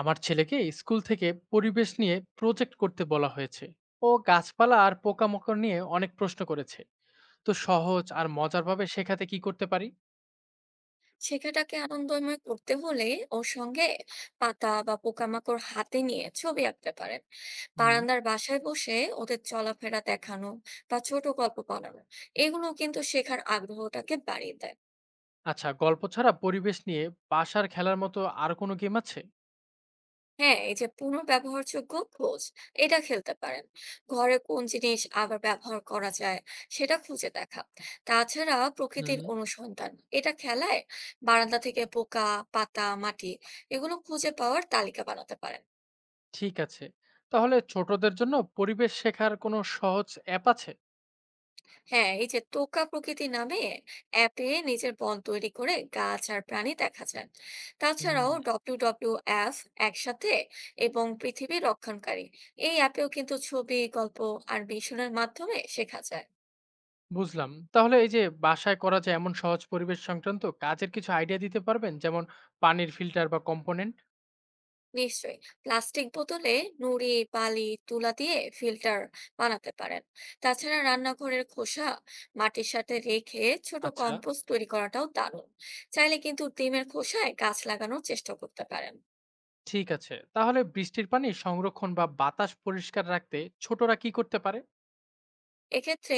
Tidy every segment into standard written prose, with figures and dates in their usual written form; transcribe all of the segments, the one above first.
আমার ছেলেকে স্কুল থেকে পরিবেশ নিয়ে প্রজেক্ট করতে বলা হয়েছে। ও গাছপালা আর পোকামাকড় নিয়ে অনেক প্রশ্ন করেছে, তো সহজ আর মজারভাবে শেখাতে কি করতে পারি? শেখাটাকে আনন্দময় করতে হলে ওর সঙ্গে পাতা বা পোকামাকড় হাতে নিয়ে ছবি আঁকতে পারেন। হুম। বারান্দার বাসায় বসে ওদের চলাফেরা দেখানো বা ছোট গল্প বানানো, এগুলো কিন্তু শেখার আগ্রহটাকে বাড়িয়ে দেয়। আচ্ছা, গল্প ছাড়া পরিবেশ নিয়ে বাসার খেলার মতো আর কোনো গেম আছে? হ্যাঁ, এই যে পুনর্ব্যবহারযোগ্য খোঁজ, এটা খেলতে পারেন। ঘরে কোন জিনিস আবার ব্যবহার করা যায়, সেটা খুঁজে দেখা। তাছাড়া হুম। প্রকৃতির অনুসন্ধান, এটা খেলায় বারান্দা থেকে পোকা, পাতা, মাটি, এগুলো খুঁজে পাওয়ার তালিকা বানাতে পারেন। ঠিক আছে, তাহলে ছোটদের জন্য পরিবেশ শেখার কোনো সহজ অ্যাপ আছে? হ্যাঁ, এই যে টোকা প্রকৃতি নামে অ্যাপে নিজের বন তৈরি করে গাছ আর প্রাণী দেখা যায়। তাছাড়াও হুম। WWF একসাথে এবং পৃথিবী রক্ষণকারী, এই অ্যাপেও কিন্তু ছবি, গল্প আর মিশনের মাধ্যমে শেখা যায়। বুঝলাম। তাহলে এই যে বাসায় করা যায় এমন সহজ পরিবেশ সংক্রান্ত কাজের কিছু আইডিয়া দিতে পারবেন, যেমন পানির ফিল্টার বা কম্পোনেন্ট? নিশ্চয়ই, প্লাস্টিক বোতলে নুড়ি, বালি, তুলা দিয়ে ফিল্টার বানাতে পারেন। তাছাড়া রান্নাঘরের খোসা মাটির সাথে রেখে ছোট আচ্ছা। কম্পোস্ট তৈরি করাটাও দারুণ। চাইলে কিন্তু ডিমের খোসায় গাছ লাগানোর চেষ্টা করতে পারেন। ঠিক আছে, তাহলে বৃষ্টির পানি সংরক্ষণ বা বাতাস পরিষ্কার রাখতে ছোটরা কি করতে পারে? এক্ষেত্রে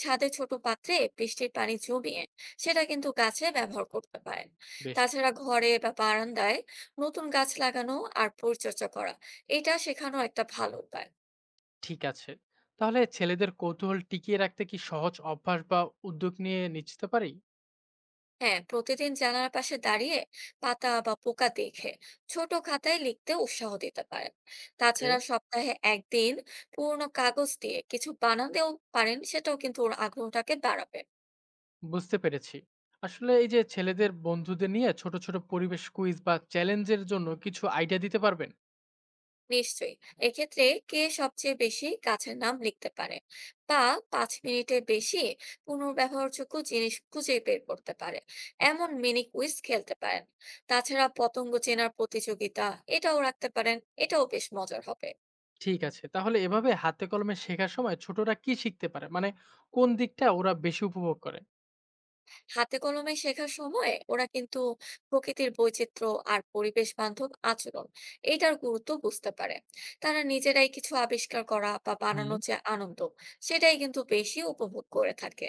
ছাদে ছোট পাত্রে বৃষ্টির পানি জমিয়ে সেটা কিন্তু গাছে ব্যবহার করতে পারেন। বেশ। তাছাড়া ঘরে বা বারান্দায় নতুন গাছ লাগানো আর পরিচর্যা করা, এটা শেখানো একটা ভালো উপায়। ঠিক আছে, তাহলে ছেলেদের কৌতূহল টিকিয়ে রাখতে কি সহজ অভ্যাস বা উদ্যোগ নিয়ে নিতে পারি? হ্যাঁ, প্রতিদিন জানালার পাশে দাঁড়িয়ে পাতা বা পোকা দেখে ছোট খাতায় লিখতে উৎসাহ দিতে পারেন। ওকে। তাছাড়া সপ্তাহে একদিন পুরোনো কাগজ দিয়ে কিছু বানাতেও পারেন, সেটাও কিন্তু ওর আগ্রহটাকে বাড়াবে। বুঝতে পেরেছি। আসলে এই যে ছেলেদের বন্ধুদের নিয়ে ছোট ছোট পরিবেশ কুইজ বা চ্যালেঞ্জের জন্য কিছু আইডিয়া দিতে পারবেন? নিশ্চয়ই, এক্ষেত্রে কে সবচেয়ে বেশি গাছের নাম লিখতে পারে বা 5 মিনিটের বেশি পুনর্ব্যবহারযোগ্য জিনিস খুঁজে বের করতে পারে, এমন আচ্ছা। মিনি কুইজ খেলতে পারেন। তাছাড়া পতঙ্গ চেনার প্রতিযোগিতা, এটাও রাখতে পারেন, এটাও বেশ মজার হবে। ঠিক আছে, তাহলে এভাবে হাতে কলমে শেখার সময় ছোটরা কি শিখতে পারে, মানে কোন দিকটা ওরা বেশি উপভোগ করে? হাতে কলমে শেখার সময় ওরা কিন্তু প্রকৃতির বৈচিত্র্য আর পরিবেশ বান্ধব আচরণ, এটার গুরুত্ব বুঝতে পারে। তারা নিজেরাই কিছু আবিষ্কার করা বা হুম। বানানোর যে আনন্দ, সেটাই কিন্তু বেশি উপভোগ করে থাকে।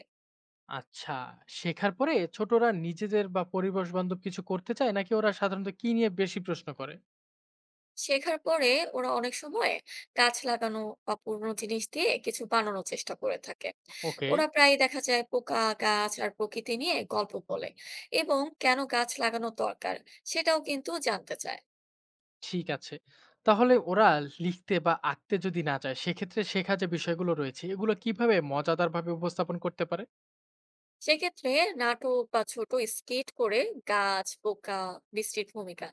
আচ্ছা, শেখার পরে ছোটরা নিজেদের বা পরিবেশ বান্ধব কিছু করতে চায় নাকি ওরা সাধারণত কি নিয়ে বেশি প্রশ্ন করে? শেখার পরে ওরা অনেক সময় গাছ লাগানো বা পুরোনো জিনিস দিয়ে কিছু বানানোর চেষ্টা করে থাকে। ওকে। ওরা প্রায়ই দেখা যায় পোকা, গাছ আর প্রকৃতি নিয়ে গল্প বলে এবং কেন গাছ লাগানো দরকার, সেটাও কিন্তু জানতে চায়। ঠিক আছে। তাহলে ওরা লিখতে বা আঁকতে যদি না চায় সেক্ষেত্রে শেখা যে বিষয়গুলো রয়েছে এগুলো কিভাবে মজাদারভাবে উপস্থাপন করতে পারে? সেক্ষেত্রে নাটক বা ছোট স্কেট করে গাছ, পোকা, বৃষ্টির ভূমিকা,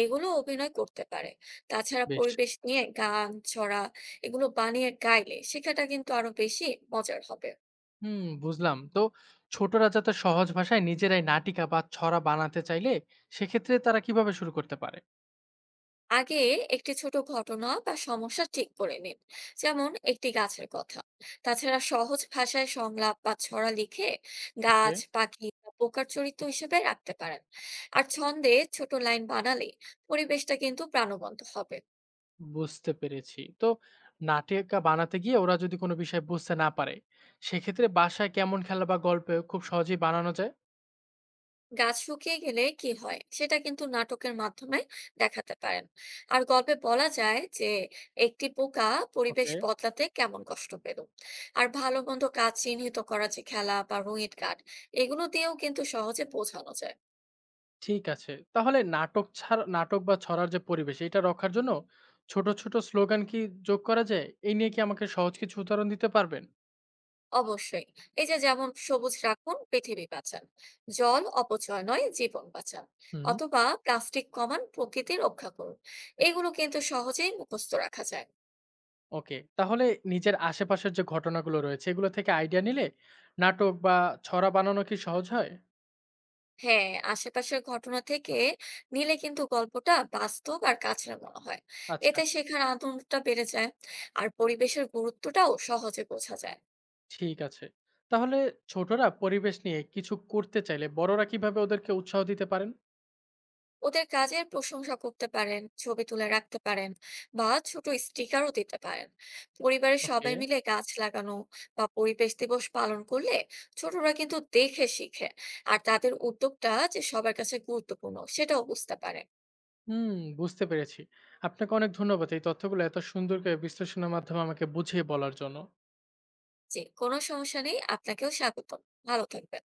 এইগুলো অভিনয় করতে পারে। তাছাড়া বেশ। পরিবেশ নিয়ে গান, ছড়া, এগুলো বানিয়ে গাইলে শেখাটা কিন্তু আরো বেশি মজার হবে। হুম, বুঝলাম। তো ছোটরা যাতে সহজ ভাষায় নিজেরাই নাটিকা বা ছড়া বানাতে চাইলে সেক্ষেত্রে তারা কিভাবে শুরু করতে পারে? আগে একটি ছোট ঘটনা বা সমস্যা ঠিক করে নিন, যেমন একটি গাছের কথা। তাছাড়া সহজ ভাষায় সংলাপ বা ছড়া লিখে গাছ, পাখি বা পোকার চরিত্র হিসেবে রাখতে পারেন। আর ছন্দে ছোট লাইন বানালে পরিবেশটা কিন্তু প্রাণবন্ত হবে। বুঝতে পেরেছি। তো নাটিকা বানাতে গিয়ে ওরা যদি কোনো বিষয় বুঝতে না পারে, সেক্ষেত্রে বাসায় কেমন খেলা বা গল্পে খুব সহজেই বানানো যায়? গাছ শুকিয়ে গেলে কি হয়, সেটা কিন্তু নাটকের মাধ্যমে দেখাতে পারেন। আর গল্পে বলা যায় যে একটি পোকা পরিবেশ ওকে। বদলাতে কেমন কষ্ট পেল। আর ভালো মন্দ কাজ চিহ্নিত করা যে খেলা বা রঙিন কাঠ, এগুলো দিয়েও কিন্তু সহজে বোঝানো যায়। ঠিক আছে। তাহলে নাটক বা ছড়ার যে পরিবেশ এটা রক্ষার জন্য ছোট ছোট স্লোগান কি যোগ করা যায়? এই নিয়ে কি আমাকে সহজ কিছু উদাহরণ দিতে পারবেন? অবশ্যই, এই যে যেমন সবুজ রাখুন পৃথিবী বাঁচান, জল অপচয় নয় জীবন বাঁচান, হুম। অথবা প্লাস্টিক কমান প্রকৃতি রক্ষা করুন, এগুলো কিন্তু সহজেই মুখস্থ রাখা যায়। ওকে। তাহলে নিজের আশেপাশের যে ঘটনাগুলো রয়েছে এগুলো থেকে আইডিয়া নিলে নাটক বা ছড়া বানানো কি সহজ হয়? হ্যাঁ, আশেপাশের ঘটনা থেকে নিলে কিন্তু গল্পটা বাস্তব আর কাছের মনে হয়। আচ্ছা। এতে শেখার আনন্দটা বেড়ে যায় আর পরিবেশের গুরুত্বটাও সহজে বোঝা যায়। ঠিক আছে। তাহলে ছোটরা পরিবেশ নিয়ে কিছু করতে চাইলে বড়রা কিভাবে ওদেরকে উৎসাহ দিতে পারেন? ওদের কাজের প্রশংসা করতে পারেন, ছবি তুলে রাখতে পারেন বা ছোট স্টিকারও দিতে পারেন। পরিবারের ওকে। সবাই মিলে গাছ লাগানো বা পরিবেশ দিবস পালন করলে ছোটরা কিন্তু দেখে শিখে আর তাদের উদ্যোগটা যে সবার কাছে গুরুত্বপূর্ণ, সেটাও বুঝতে পারে। হুম, বুঝতে পেরেছি। আপনাকে অনেক ধন্যবাদ এই তথ্যগুলো এত সুন্দর করে বিশ্লেষণের মাধ্যমে আমাকে বুঝিয়ে বলার জন্য। যে কোনো সমস্যা নেই, আপনাকেও স্বাগতম। ভালো থাকবেন।